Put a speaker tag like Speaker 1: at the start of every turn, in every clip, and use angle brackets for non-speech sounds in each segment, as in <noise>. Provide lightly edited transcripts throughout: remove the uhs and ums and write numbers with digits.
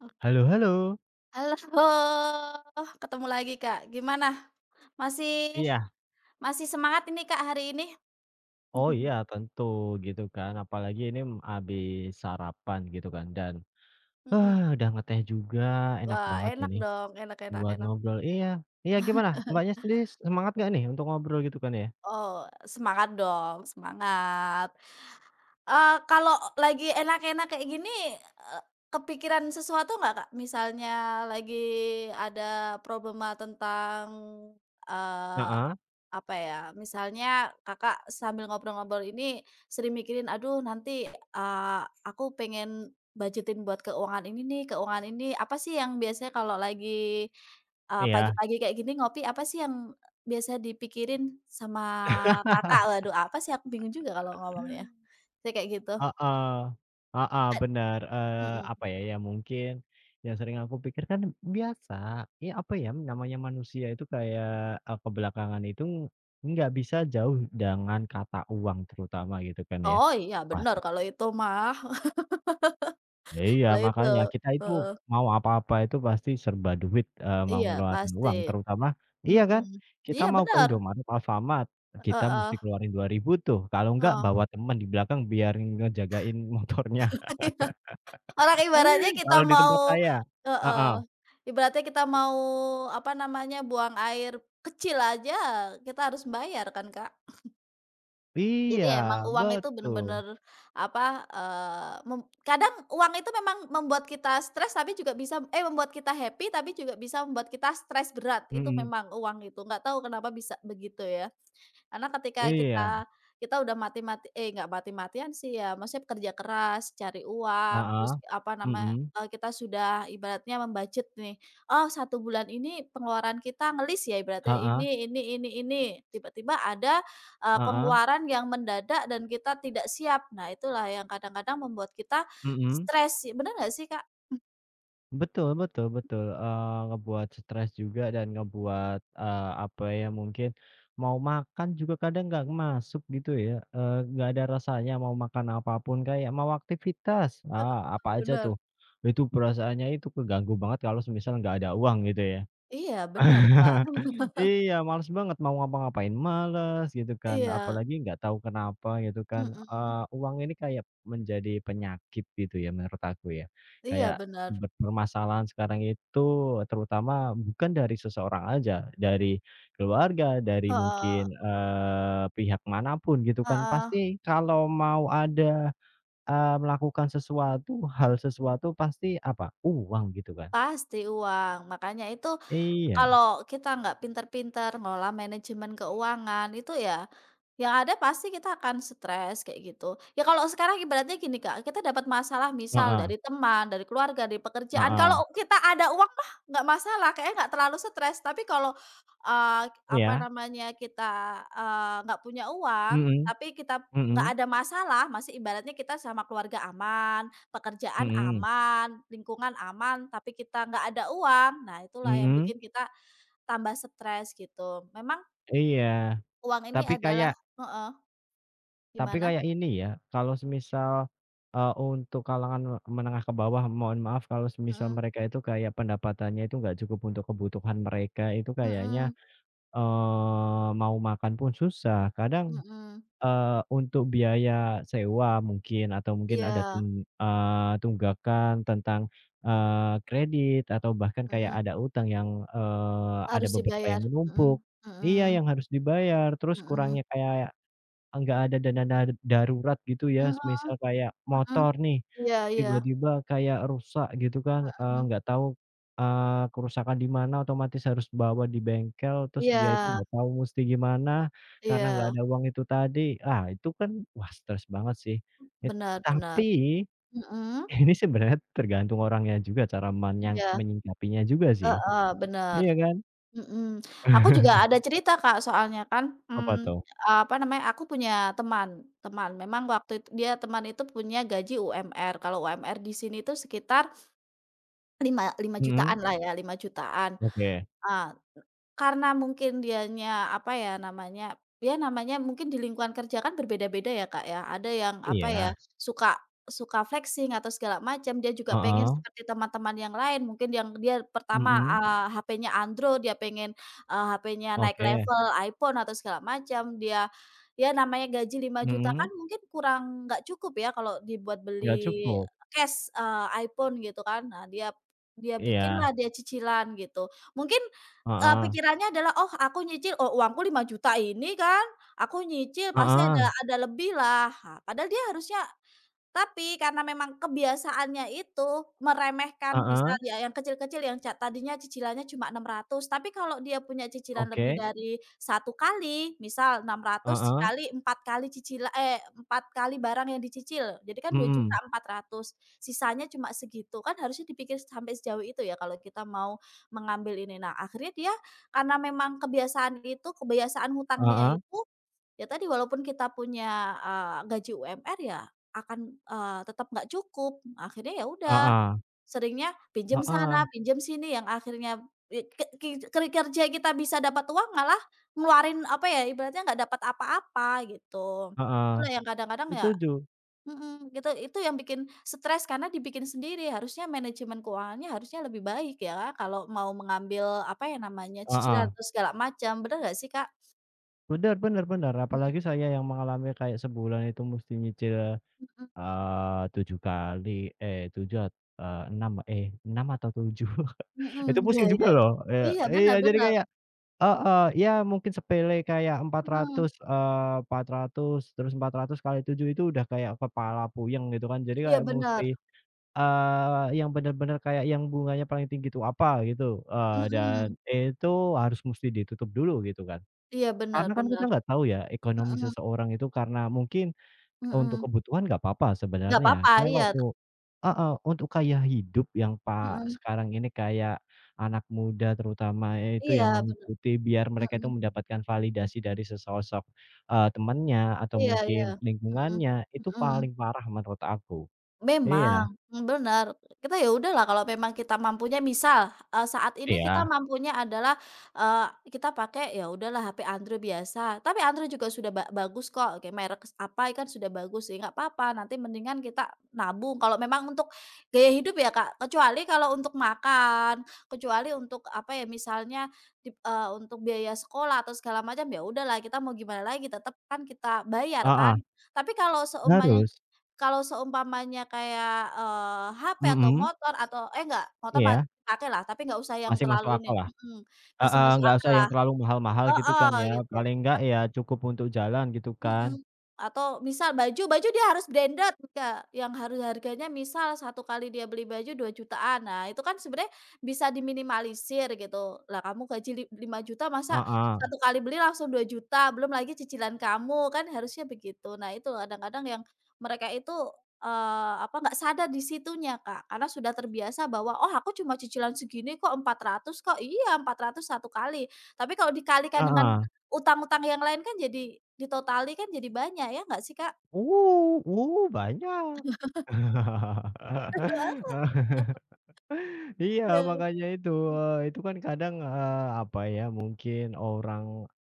Speaker 1: Ok,
Speaker 2: Halo halo.
Speaker 1: halo. <laughs> Ketemu lagi, Kak. Gimana, masih
Speaker 2: Iya.
Speaker 1: masih semangat ini, Kak, hari ini?
Speaker 2: Oh
Speaker 1: <laughs>
Speaker 2: iya tentu gitu kan, apalagi ini habis sarapan gitu kan
Speaker 1: Oh.
Speaker 2: dan,
Speaker 1: Mhm.
Speaker 2: udah ngeteh juga enak
Speaker 1: Wah,
Speaker 2: banget
Speaker 1: enak
Speaker 2: ini
Speaker 1: dong, enak enak
Speaker 2: buat
Speaker 1: enak.
Speaker 2: ngobrol iya. Iya, gimana Mbaknya sendiri semangat gak nih untuk ngobrol gitu kan ya?
Speaker 1: Oh, semangat dong, semangat. Kalau lagi enak-enak kayak gini, eee, kepikiran sesuatu nggak, Kak? Misalnya lagi ada problema tentang, eee,
Speaker 2: Heeh,
Speaker 1: apa ya, misalnya Kakak sambil ngobrol-ngobrol ini sering mikirin, "Aduh nanti, aku pengen budgetin buat keuangan ini nih, keuangan ini." Apa sih yang biasanya kalau lagi,
Speaker 2: iya.
Speaker 1: pagi-pagi kayak gini ngopi, apa sih yang biasa dipikirin sama Kakak?
Speaker 2: <laughs>
Speaker 1: Waduh apa sih, aku bingung juga kalau ngomongnya. Saya kayak gitu.
Speaker 2: Heeh, heeh,
Speaker 1: Ad
Speaker 2: bener,
Speaker 1: mhm.
Speaker 2: apa ya, ya mungkin yang sering aku pikirkan biasa, ya apa ya, namanya manusia itu kayak, ke belakangan itu nggak bisa jauh dengan kata uang terutama gitu kan ya.
Speaker 1: Oh, iya bener
Speaker 2: Pasti
Speaker 1: kalau itu mah.
Speaker 2: iya,
Speaker 1: <laughs>
Speaker 2: iya,
Speaker 1: Kalau itu,
Speaker 2: makanya kita itu
Speaker 1: heeh,
Speaker 2: mau apa-apa itu pasti serba duit, mau
Speaker 1: iya
Speaker 2: ngeluarin
Speaker 1: pasti.
Speaker 2: uang terutama, iya kan?
Speaker 1: Mhm,
Speaker 2: Kita
Speaker 1: iya
Speaker 2: mau ke
Speaker 1: bener,
Speaker 2: Indomaret, Alfamart, kita musti
Speaker 1: heeh
Speaker 2: keluarin dua ribu tuh, kalau enggak
Speaker 1: heeh.
Speaker 2: bawa temen di belakang biar ngejagain motornya.
Speaker 1: <laughs> Iya, orang ibaratnya kita
Speaker 2: Kalau di tempat
Speaker 1: mau
Speaker 2: saya?
Speaker 1: heeh,
Speaker 2: Heeh.
Speaker 1: ibaratnya kita mau apa namanya, buang air kecil aja kita harus bayar kan, Kak. Jadi emang
Speaker 2: Iya,
Speaker 1: uang itu
Speaker 2: betul.
Speaker 1: bener-bener apa, eee, mem kadang uang itu memang membuat kita stres tapi juga bisa, eh, membuat kita happy tapi juga bisa membuat kita stres berat. Itu
Speaker 2: Mhm.
Speaker 1: memang uang itu, nggak tahu kenapa bisa begitu ya. Karena ketika kita
Speaker 2: Iya.
Speaker 1: kita udah mati-mati, eh, nggak mati-matian sih ya, maksudnya kerja keras, cari uang, terus
Speaker 2: Heeh. Mhm.
Speaker 1: kita sudah ibaratnya nih, "Oh, satu bulan ini pengeluaran kita ngelis ya," ibaratnya,
Speaker 2: Heeh.
Speaker 1: ini ini." Tiba-tiba ada,
Speaker 2: Heeh.
Speaker 1: pengeluaran yang mendadak dan kita tidak siap. Nah, itulah yang kadang-kadang membuat kita
Speaker 2: Mhm.
Speaker 1: stres sih, bener nggak sih, Kak?
Speaker 2: Betul betul betul, ngebuat stres juga dan ngebuat, apa ya, mungkin mau makan juga kadang nggak masuk gitu ya, nggak ada rasanya mau makan apa pun, kayak mau aktivitas,
Speaker 1: Heeh,
Speaker 2: ah, apa aja
Speaker 1: bener.
Speaker 2: tuh. Itu perasaannya itu keganggu banget kalau semisal nggak ada uang gitu ya.
Speaker 1: Iya, benar Kak.
Speaker 2: <laughs> Iya, males banget, mau ngapa-ngapain males gitu kan,
Speaker 1: Iya,
Speaker 2: apalagi nggak tahu kenapa gitu kan,
Speaker 1: mhm,
Speaker 2: uang ini kayak menjadi penyakit gitu ya menurut aku ya.
Speaker 1: iya
Speaker 2: Kayak
Speaker 1: benar.
Speaker 2: sumber permasalahan sekarang itu terutama bukan dari seseorang aja, dari keluarga, dari
Speaker 1: Heeh
Speaker 2: mungkin, pihak manapun gitu kan,
Speaker 1: heeh,
Speaker 2: pasti kalau mau ada, melakukan sesuatu, hal sesuatu pasti apa, uang gitu kan.
Speaker 1: pasti uang. Makanya itu,
Speaker 2: Iya,
Speaker 1: kalau kita nggak pinter-pinter ngelola manajemen keuangan itu ya, yang ada pasti kita akan stres kayak gitu. Ya kalau sekarang ibaratnya gini Kak, kita dapat masalah misal
Speaker 2: heeh
Speaker 1: dari teman, dari keluarga, dari pekerjaan,
Speaker 2: heeh,
Speaker 1: kalau kita ada uang mah nggak masalah, kayaknya nggak terlalu stres. Tapi kalau, eee, apa
Speaker 2: iya,
Speaker 1: namanya, kita, nggak punya uang,
Speaker 2: mhm
Speaker 1: tapi kita nggak
Speaker 2: mhm.
Speaker 1: ada masalah, masih ibaratnya kita sama keluarga aman, pekerjaan
Speaker 2: Mhm
Speaker 1: aman, lingkungan aman, tapi kita nggak ada uang, nah itulah yang
Speaker 2: mhm,
Speaker 1: bikin kita tambah stres gitu. Memang
Speaker 2: iya,
Speaker 1: uang ini
Speaker 2: tapi
Speaker 1: adalah,
Speaker 2: kayak
Speaker 1: heeh,
Speaker 2: tapi
Speaker 1: gimana?
Speaker 2: kayak ini ya, kalau semisal, untuk kalangan menengah ke bawah, mohon maaf kalau semisal
Speaker 1: Mhm,
Speaker 2: mereka itu kayak pendapatannya itu nggak cukup untuk kebutuhan mereka itu kayaknya,
Speaker 1: mhm,
Speaker 2: mau makan pun susah. Kadang
Speaker 1: mhm,
Speaker 2: Untuk biaya sewa mungkin atau mungkin ada
Speaker 1: iya,
Speaker 2: tunggakan tentang, kredit atau bahkan kayak
Speaker 1: mhm,
Speaker 2: ada utang yang, ada
Speaker 1: harus
Speaker 2: beberapa
Speaker 1: dibayar,
Speaker 2: yang
Speaker 1: mhm,
Speaker 2: menumpuk, iya,
Speaker 1: mhm,
Speaker 2: yang harus dibayar, terus
Speaker 1: mhm,
Speaker 2: kurangnya kayak nggak ada dana darurat gitu ya,
Speaker 1: mhm,
Speaker 2: semisal kayak
Speaker 1: mhm,
Speaker 2: motor nih,
Speaker 1: iya iya,
Speaker 2: tiba-tiba kayak rusak gitu kan,
Speaker 1: mhm,
Speaker 2: nggak tahu, kerusakan di mana, otomatis harus bawa di bengkel, terus dia itu
Speaker 1: iya
Speaker 2: nggak tahu musti gimana, karena nggak
Speaker 1: iya,
Speaker 2: ada uang itu tadi. Ah, itu kan, wah stres banget sih. Et
Speaker 1: benar benar,
Speaker 2: tapi,
Speaker 1: mhm,
Speaker 2: <laughs> ini sebenarnya tergantung orangnya juga cara
Speaker 1: iya,
Speaker 2: menyingkapinya juga sih.
Speaker 1: heeh, benar.
Speaker 2: Iya kan?
Speaker 1: Mhm, aku juga
Speaker 2: <laughs>
Speaker 1: ada cerita Kak soalnya kan,
Speaker 2: Apa tuh?
Speaker 1: apa namanya, aku punya teman. Memang waktu itu dia teman itu punya gaji UMR, kalau UMR di sini itu sekitar lima lima
Speaker 2: Mhm,
Speaker 1: jutaan lah ya, 5 jutaan.
Speaker 2: oke.
Speaker 1: eee karena mungkin dianya, apa ya namanya mungkin di lingkungan kerja kan berbeda-beda ya, Kak, ya. Ada yang, apa ya,
Speaker 2: Iya,
Speaker 1: suka suka flexing atau segala macam, dia juga pengen
Speaker 2: heeh,
Speaker 1: seperti teman-teman yang lain, mungkin yang dia pertama,
Speaker 2: mhm,
Speaker 1: HP-nya Android, dia pengen, HP-nya naik
Speaker 2: oke.
Speaker 1: level iPhone atau segala macam. Dia, ya namanya gaji 5 juta kan
Speaker 2: Mhm,
Speaker 1: mungkin kurang, nggak cukup ya kalau dibuat
Speaker 2: nggak
Speaker 1: beli
Speaker 2: cukup.
Speaker 1: cash, iPhone gitu kan. Nah, dia dia
Speaker 2: Iya,
Speaker 1: bikinlah, dia cicilan gitu. Mungkin,
Speaker 2: heeh,
Speaker 1: pikirannya adalah, "Oh, aku nyicil, oh, uangku 5 juta ini kan, aku nyicil pasti
Speaker 2: heeh,
Speaker 1: ada lebih lah." Ha, padahal dia harusnya, tapi karena memang kebiasaannya itu meremehkan, misal
Speaker 2: heeh,
Speaker 1: ya yang kecil-kecil yang tadinya cicilannya cuma 600, tapi kalau dia punya cicilan lebih
Speaker 2: oke,
Speaker 1: dari satu kali, misal 600
Speaker 2: heeh,
Speaker 1: kali 4 kali cicilan, eh, 4 kali barang yang dicicil, jadi kan dua juta
Speaker 2: mhm,
Speaker 1: empat ratus, sisanya cuma segitu, kan harusnya dipikir sampai sejauh itu ya kalau kita mau mengambil ini. Nah, akhirnya dia, karena memang kebiasaan itu, kebiasaan hutangnya
Speaker 2: heeh,
Speaker 1: itu, ya tadi walaupun kita punya, gaji UMR ya akan, tetap nggak cukup, akhirnya ya udah
Speaker 2: heeh,
Speaker 1: seringnya pinjam
Speaker 2: heeh,
Speaker 1: sana, pinjam sini yang akhirnya i ke ki keri kerja kita bisa dapat uang malah ngeluarin apa ya, ibaratnya nggak dapat apa-apa gitu.
Speaker 2: heeh,
Speaker 1: Itulah yang kadang-kadang ya,
Speaker 2: setuju,
Speaker 1: mhm, gitu itu yang bikin stres karena dibikin sendiri, harusnya manajemen keuangannya harusnya lebih baik ya kalau mau mengambil apa ya namanya,
Speaker 2: heeh,
Speaker 1: cicilan terus segala macam, bener nggak sih, Kak?
Speaker 2: bener bener bener,
Speaker 1: Mhm
Speaker 2: apalagi saya yang mengalami kayak sebulan itu mesti nyicil,
Speaker 1: mhm.
Speaker 2: 7 kali, 6, eh 6 atau tujuh? <laughs>
Speaker 1: Mhm,
Speaker 2: Itu
Speaker 1: iya
Speaker 2: pusing juga
Speaker 1: iya.
Speaker 2: loh,
Speaker 1: Oh
Speaker 2: iya
Speaker 1: iya, benar
Speaker 2: iya jadi
Speaker 1: benar,
Speaker 2: kayak. Heeh, ya mungkin sepele kayak empat
Speaker 1: mhm,
Speaker 2: ratus, 400 terus 400 kali 7 itu udah kayak kepala puyeng gitu kan. Jadi
Speaker 1: iya
Speaker 2: kayak
Speaker 1: benar,
Speaker 2: musti, yang bener-bener kayak yang bunganya paling tinggi itu apa gitu, dan
Speaker 1: mhm,
Speaker 2: itu harus musti ditutup dulu gitu kan.
Speaker 1: iya benar
Speaker 2: Karena kan kita
Speaker 1: benar,
Speaker 2: nggak tahu ya ekonomi
Speaker 1: mhm
Speaker 2: seseorang itu karena mungkin untuk
Speaker 1: mhm,
Speaker 2: kebutuhan nggak apa-apa
Speaker 1: nggak
Speaker 2: sebenarnya,
Speaker 1: apa-apa, iya,
Speaker 2: kalau u heeh, untuk gaya hidup yang
Speaker 1: mhm,
Speaker 2: sekarang ini kayak anak muda terutama itu
Speaker 1: iya
Speaker 2: yang
Speaker 1: benar,
Speaker 2: mengikuti biar mereka itu
Speaker 1: mhm,
Speaker 2: mendapatkan validasi dari sesosok, temannya atau
Speaker 1: iya
Speaker 2: mungkin
Speaker 1: iya, mhm
Speaker 2: lingkungannya, itu paling
Speaker 1: mhm.
Speaker 2: parah menurut aku. Iya
Speaker 1: Memang, bener. Kita ya udahlah kalau memang kita mampunya misal, saat ini kita
Speaker 2: iya,
Speaker 1: mampunya adalah, eee, kita pakai ya udahlah HP Android biasa, tapi Android juga sudah bagus kok, kayak merek apa kan sudah bagus ya, nggak apa-apa, nanti mendingan kita nabung kalau memang untuk gaya hidup ya, Kak, kecuali kalau untuk makan, kecuali untuk apa ya, misalnya untuk biaya sekolah atau segala macam, ya udahlah kita mau gimana lagi tetep kan kita bayar kan.
Speaker 2: heeh,
Speaker 1: Tapi kalau seumpamanya,
Speaker 2: harus,
Speaker 1: kalau seumpamanya kayak, HP atau
Speaker 2: mhm,
Speaker 1: motor atau, eh, enggak, motor
Speaker 2: iya,
Speaker 1: pakailah, tapi nggak usah yang
Speaker 2: masih
Speaker 1: terlalu
Speaker 2: masuk
Speaker 1: ini,
Speaker 2: akal lah,
Speaker 1: mhm, masih
Speaker 2: heeh,
Speaker 1: masuk
Speaker 2: nggak usah
Speaker 1: akallah,
Speaker 2: yang terlalu mahal-mahal gitu
Speaker 1: heeh,
Speaker 2: kan ya,
Speaker 1: gitu.
Speaker 2: paling enggak
Speaker 1: Tap
Speaker 2: ya cukup untuk jalan gitu kan,
Speaker 1: Mhm. Atau misal baju baju dia harus branded, Kak, yang harus harganya misal satu kali dia beli baju 2 jutaan. Nah, itu kan sebenarnya bisa diminimalisir gitu. Lah kamu gaji Rp5.000.000 masa
Speaker 2: heeh
Speaker 1: satu kali beli langsung 2 juta belum lagi cicilan kamu, kan harusnya begitu. Nah, itu kadang-kadang yang mereka itu, apa, nggak sadar di situnya, Kak, karena sudah terbiasa bahwa, "Oh, aku cuma cicilan segini kok, 400 kok." Iya, 400 satu kali, tapi kalau dikalikan dengan
Speaker 2: heeh.
Speaker 1: utang-utang yang lain kan jadi ditotali kan jadi banyak ya, nggak sih, Kak?
Speaker 2: Banyak.
Speaker 1: <laughs>
Speaker 2: <laughs> Iya,
Speaker 1: Iya,
Speaker 2: makanya itu,
Speaker 1: mmm,
Speaker 2: itu kan kadang, apa ya, mungkin orang,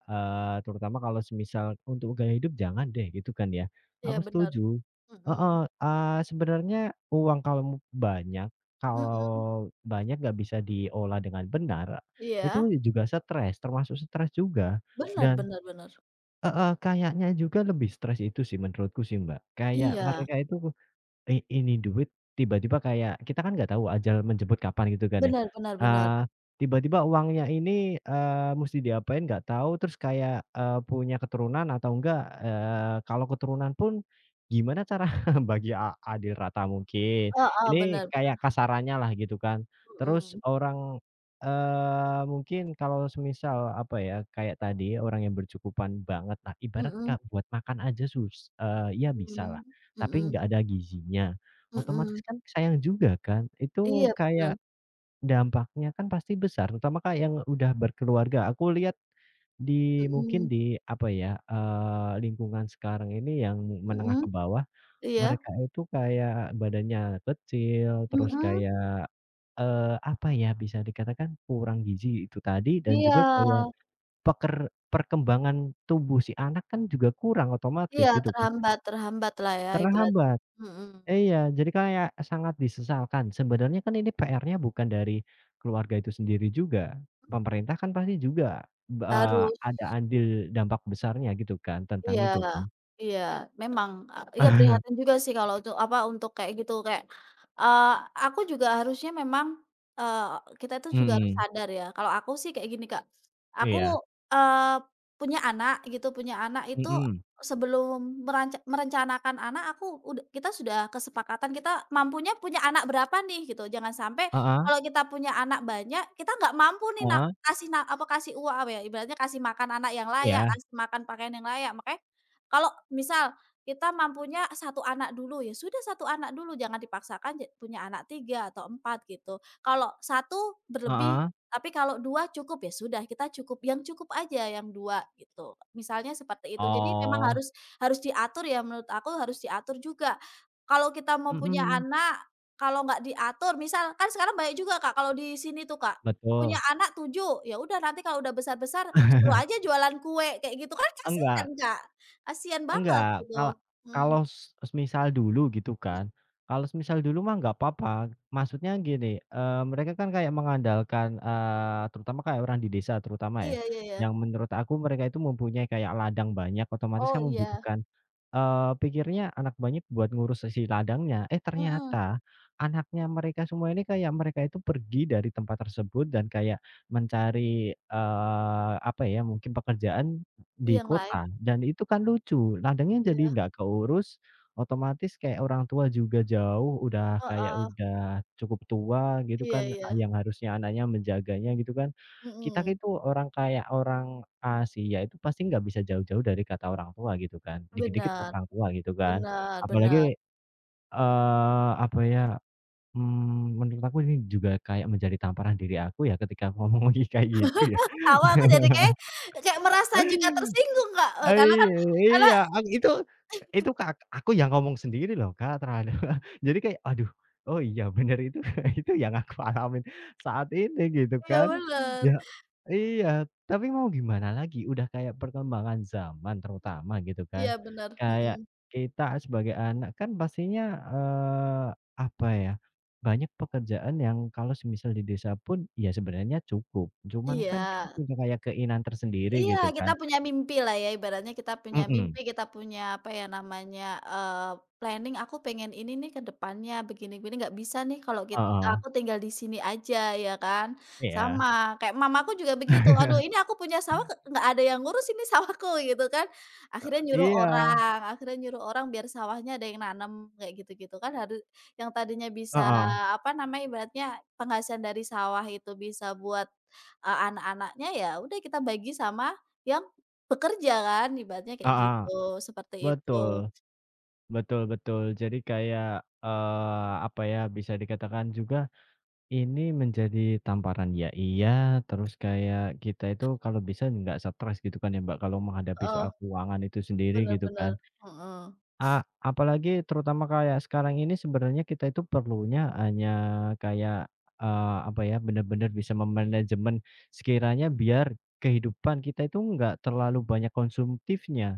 Speaker 2: terutama kalau semisal untuk gaya hidup jangan deh, gitu kan ya.
Speaker 1: iya
Speaker 2: Aku
Speaker 1: bener,
Speaker 2: setuju. Heeh,
Speaker 1: mhm,
Speaker 2: sebenarnya uang
Speaker 1: mhm,
Speaker 2: kalau banyak nggak bisa diolah dengan benar, itu
Speaker 1: iya,
Speaker 2: juga stres, termasuk stres juga
Speaker 1: bener
Speaker 2: dan
Speaker 1: bener bener,
Speaker 2: heeh, kayaknya juga lebih stres itu sih menurutku sih, Mbak. Kayak
Speaker 1: iya,
Speaker 2: mereka itu ini duit tiba-tiba kayak kita kan nggak tahu ajal menjemput kapan gitu kan ya,
Speaker 1: bener bener bener,
Speaker 2: eee, tiba-tiba uangnya ini, musti diapain nggak tahu terus kayak, punya keturunan atau enggak, kalau keturunan pun gimana cara <laughs> bagi adil rata mungkin,
Speaker 1: heeh,
Speaker 2: ini
Speaker 1: bener,
Speaker 2: kayak kasarannya lah gitu kan. Terus
Speaker 1: mhm,
Speaker 2: orang, mungkin kalau semisal apa ya, kayak tadi orang yang bercukupan banget, nah ibarat
Speaker 1: mhm
Speaker 2: Kak buat makan aja ya
Speaker 1: mhm
Speaker 2: bisalah. Tapi
Speaker 1: mhm
Speaker 2: nggak ada gizinya, otomatis
Speaker 1: mhm,
Speaker 2: kan sayang juga kan. Itu
Speaker 1: iya bener,
Speaker 2: kayak dampaknya kan pasti besar, terutama Kak yang udah berkeluarga. Aku lihat di mungkin
Speaker 1: mhm
Speaker 2: di apa ya, lingkungan sekarang ini yang menengah
Speaker 1: mhm,
Speaker 2: ke bawah,
Speaker 1: iya,
Speaker 2: mereka itu kayak badannya kecil, terus
Speaker 1: mhm,
Speaker 2: kayak, apa ya, bisa dikatakan kurang gizi itu tadi dan juga
Speaker 1: iya
Speaker 2: kayak peker perkembangan tubuh si anak kan juga kurang otomatis
Speaker 1: iya,
Speaker 2: gitu kan,
Speaker 1: terhambat terhambat lah ya ibaratnya,
Speaker 2: terhambat.
Speaker 1: mhm,
Speaker 2: Iya, jadi kayak sangat disesalkan. Sebenarnya kan ini PR-nya bukan dari keluarga itu sendiri juga. Pemerintah kan pasti juga
Speaker 1: harus.
Speaker 2: ada andil dampak besarnya gitu kan tentang
Speaker 1: Iya
Speaker 2: itu kan.
Speaker 1: iya, memang, iya
Speaker 2: <laughs>
Speaker 1: prihatin juga sih kalau untuk apa, untuk kayak gitu, kayak, eee, aku juga harusnya memang, eee, kita itu juga harus
Speaker 2: Mhm,
Speaker 1: sadar ya, kalau aku sih kayak gini, Kak, aku,
Speaker 2: iya,
Speaker 1: eee, punya anak gitu, punya anak itu
Speaker 2: mhm,
Speaker 1: sebelum merencanakan anak, aku ud kita sudah kesepakatan kita mampunya punya anak berapa nih gitu, jangan sampai
Speaker 2: heeh
Speaker 1: kalau kita punya anak banyak, kita nggak mampu nih.
Speaker 2: heeh,
Speaker 1: Kasih uang apa ya, ibaratnya kasih makan anak yang layak,
Speaker 2: iya,
Speaker 1: kasih makan pakaian yang layak. Makanya kalau misal kita mampunya satu anak dulu, ya sudah satu anak dulu, jangan dipaksakan punya anak 3 atau 4 gitu. Kalau satu berlebih,
Speaker 2: heeh.
Speaker 1: tapi kalau 2 cukup, ya sudah kita cukup, yang cukup aja yang 2 gitu. Misalnya seperti itu. Jadi memang
Speaker 2: Oh,
Speaker 1: harus harus diatur ya, menurut aku harus diatur juga. Kalau kita mau punya
Speaker 2: mhm,
Speaker 1: anak, kalau nggak diatur, misal kan sekarang banyak juga Kak kalau di sini tuh Kak, punya
Speaker 2: betul.
Speaker 1: anak 7, ya udah nanti kalau udah besar-besar suruh aja jualan kue kayak gitu, kan kasihan,
Speaker 2: Enggak.
Speaker 1: Kak, kasihan banget
Speaker 2: Enggak,
Speaker 1: gitu. Mmm,
Speaker 2: kalau semisal dulu gitu kan, kalau semisal dulu mah nggak apa-apa.
Speaker 1: mhm,
Speaker 2: Maksudnya gini, mereka kan kayak mengandalkan, terutama kayak orang di desa terutama ya,
Speaker 1: iya iya iya.
Speaker 2: yang menurut aku mereka itu mempunyai kayak ladang banyak, otomatis
Speaker 1: Oh
Speaker 2: kan
Speaker 1: iya,
Speaker 2: membutuhkan, pikirnya anak banyak buat ngurus si ladangnya. Eh
Speaker 1: mhm,
Speaker 2: ternyata anaknya mereka semua ini kayak mereka itu pergi dari tempat tersebut dan kayak mencari, apa ya, mungkin pekerjaan
Speaker 1: iya
Speaker 2: di
Speaker 1: yang lain,
Speaker 2: kota dan itu kan lucu, ladangnya jadi
Speaker 1: iya,
Speaker 2: nggak keurus, otomatis kayak orang tua juga jauh, udah kayak
Speaker 1: heeh,
Speaker 2: udah cukup tua gitu
Speaker 1: iya
Speaker 2: kan,
Speaker 1: iya,
Speaker 2: yang harusnya anaknya menjaganya gitu kan. Kita
Speaker 1: mhm,
Speaker 2: itu orang kayak orang Asia itu pasti nggak bisa jauh-jauh dari kata orang tua gitu kan, dikit-dikit
Speaker 1: bener
Speaker 2: orang tua gitu kan.
Speaker 1: bener
Speaker 2: Apalagi,
Speaker 1: bener.
Speaker 2: apa ya, menurut aku ini juga kayak menjadi tamparan diri aku ya ketika <laughs> aku ngomong kayak gitu ya.
Speaker 1: Ketawa aku jadi kayak, merasa juga tersinggung, Kak, karena kan,
Speaker 2: Iya
Speaker 1: karena
Speaker 2: iya, ak itu Kak, aku yang ngomong sendiri loh Kak, terhadap <laughs> jadi kayak, aduh, oh iya bener itu <laughs> itu yang aku alamin saat ini gitu
Speaker 1: iya
Speaker 2: kan.
Speaker 1: bener
Speaker 2: Ya iya, tapi mau gimana lagi, udah kayak perkembangan zaman terutama gitu kan.
Speaker 1: iya bener,
Speaker 2: Kayak
Speaker 1: mhm,
Speaker 2: kita sebagai anak kan pastinya, eee, apa ya, banyak pekerjaan yang kalau semisal di desa pun ya sebenarnya cukup, cuman kan kita
Speaker 1: iya.
Speaker 2: punya kayak keinginan tersendiri
Speaker 1: Iya,
Speaker 2: gitu
Speaker 1: kita
Speaker 2: kan,
Speaker 1: punya mimpi lah ya, ibaratnya kita punya
Speaker 2: mhm.
Speaker 1: mimpi, kita punya, apa ya namanya, planning, "Aku pengen ini nih ke depannya, begini-begini." Nggak bisa nih kalau
Speaker 2: Heeh,
Speaker 1: aku tinggal di sini aja, ya kan.
Speaker 2: iya.
Speaker 1: Sama, kayak mamaku juga begitu, "Aduh, ini
Speaker 2: <laughs>
Speaker 1: aku punya sawah, nggak ada yang ngurus ini sawahku," <laughs> gitu kan. Akhirnya nyuruh
Speaker 2: Iya,
Speaker 1: orang, akhirnya nyuruh orang biar sawahnya ada yang nanam, kayak gitu-gitu kan. Yang tadinya bisa,
Speaker 2: heeh,
Speaker 1: apa namanya, ibaratnya penghasilan dari sawah itu bisa buat, anak-anaknya ya udah kita bagi sama yang bekerja kan ibaratnya kayak
Speaker 2: heeh,
Speaker 1: gitu, seperti itu.
Speaker 2: betul, betul betul. Jadi kayak, apa ya, bisa dikatakan juga ini menjadi tamparan ya iya, terus kayak kita itu kalau bisa nggak stres gitu kan ya Mbak, kalau menghadapi
Speaker 1: Heeh,
Speaker 2: soal keuangan itu sendiri
Speaker 1: bener
Speaker 2: gitu kan.
Speaker 1: bener, heeh.
Speaker 2: Apalagi terutama kayak sekarang ini sebenarnya kita itu perlunya hanya kayak, apa ya, benar-benar bisa memanajemen sekiranya biar kehidupan kita itu nggak terlalu banyak konsumtifnya.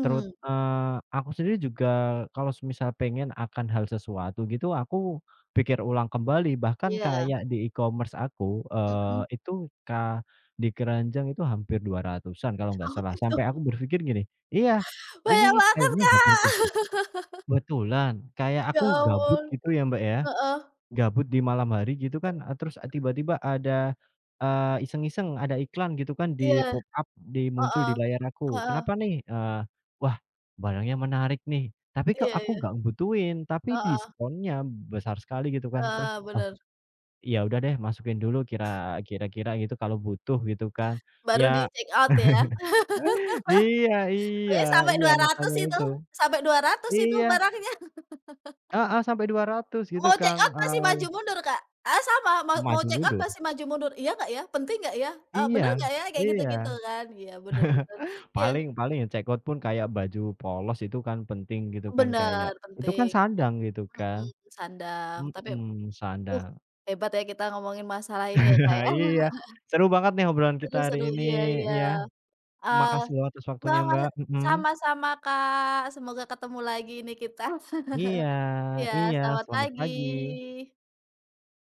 Speaker 2: Aku sendiri juga kalau semisal pengen akan hal sesuatu gitu, aku pikir ulang kembali, bahkan
Speaker 1: iya,
Speaker 2: kayak di e-commerce aku,
Speaker 1: mhm.
Speaker 2: itu di keranjang itu hampir dua ratusan kalau
Speaker 1: <laughs>
Speaker 2: nggak
Speaker 1: Oh
Speaker 2: salah,
Speaker 1: itu,
Speaker 2: sampai aku berpikir gini, "Iya,
Speaker 1: banyak
Speaker 2: ini
Speaker 1: banget
Speaker 2: kayaknya nggak
Speaker 1: Kak.
Speaker 2: penting."
Speaker 1: <laughs>
Speaker 2: Kebetulan, kayak
Speaker 1: Ya
Speaker 2: aku gabut
Speaker 1: ampun,
Speaker 2: gitu ya, Mbak, ya,
Speaker 1: heeh,
Speaker 2: gabut di malam hari gitu kan, terus eh, tiba-tiba ada, iseng-iseng ada iklan gitu kan di
Speaker 1: iya,
Speaker 2: pop up, di muncul di
Speaker 1: heeh,
Speaker 2: layar aku,
Speaker 1: heeh,
Speaker 2: "Kenapa nih?" "Wah, barangnya menarik nih." Tapi kok
Speaker 1: iya
Speaker 2: aku
Speaker 1: iya,
Speaker 2: nggak ngebutuhin, tapi
Speaker 1: heeh,
Speaker 2: diskonnya besar sekali gitu kan, terus,
Speaker 1: heeh,
Speaker 2: "Oh,
Speaker 1: bener.
Speaker 2: ya udah deh masukin dulu kira-kira gitu kalau butuh," gitu kan.
Speaker 1: Baru
Speaker 2: Ya
Speaker 1: di-check out ya.
Speaker 2: iya iya
Speaker 1: Pokoknya sampai
Speaker 2: iya,
Speaker 1: 200
Speaker 2: makanya
Speaker 1: itu,
Speaker 2: itu.
Speaker 1: sampai 200 itu
Speaker 2: Iya,
Speaker 1: barangnya.
Speaker 2: heeh, sampai 200 gitu
Speaker 1: Mau check
Speaker 2: kan,
Speaker 1: up pasti maju
Speaker 2: eee.
Speaker 1: mundur, Kak. Ah, sama, mau mau
Speaker 2: Maju
Speaker 1: check up
Speaker 2: mundur.
Speaker 1: pasti maju mundur, "Iya nggak ya? Penting nggak ya? Bener
Speaker 2: Iya
Speaker 1: nggak ya?" Kayak gitu-gitu
Speaker 2: iya,
Speaker 1: kan. Iya, bener bener. Iya,
Speaker 2: paling paling ya cekot pun kayak baju polos itu kan penting gitu kan,
Speaker 1: bener,
Speaker 2: kayak itu kan
Speaker 1: penting.
Speaker 2: sandang gitu kan,
Speaker 1: Mhm, sandang. Tapi,
Speaker 2: mhm,
Speaker 1: uh,
Speaker 2: sandang.
Speaker 1: hebat ya kita ngomongin masalah ini ya, Kak, ya.
Speaker 2: <laughs> Iya,
Speaker 1: <laughs>
Speaker 2: seru banget nih obrolan kita hari
Speaker 1: Seru-seru,
Speaker 2: ini
Speaker 1: iya iya.
Speaker 2: ya,
Speaker 1: Eee,
Speaker 2: makasih loh atas waktunya
Speaker 1: banget
Speaker 2: Mbak, mhm,
Speaker 1: sama-sama, Kak. Semoga ketemu lagi nih kita. <laughs>
Speaker 2: iya
Speaker 1: Iya,
Speaker 2: iya,
Speaker 1: selamat
Speaker 2: selamat
Speaker 1: pagi.
Speaker 2: pagi.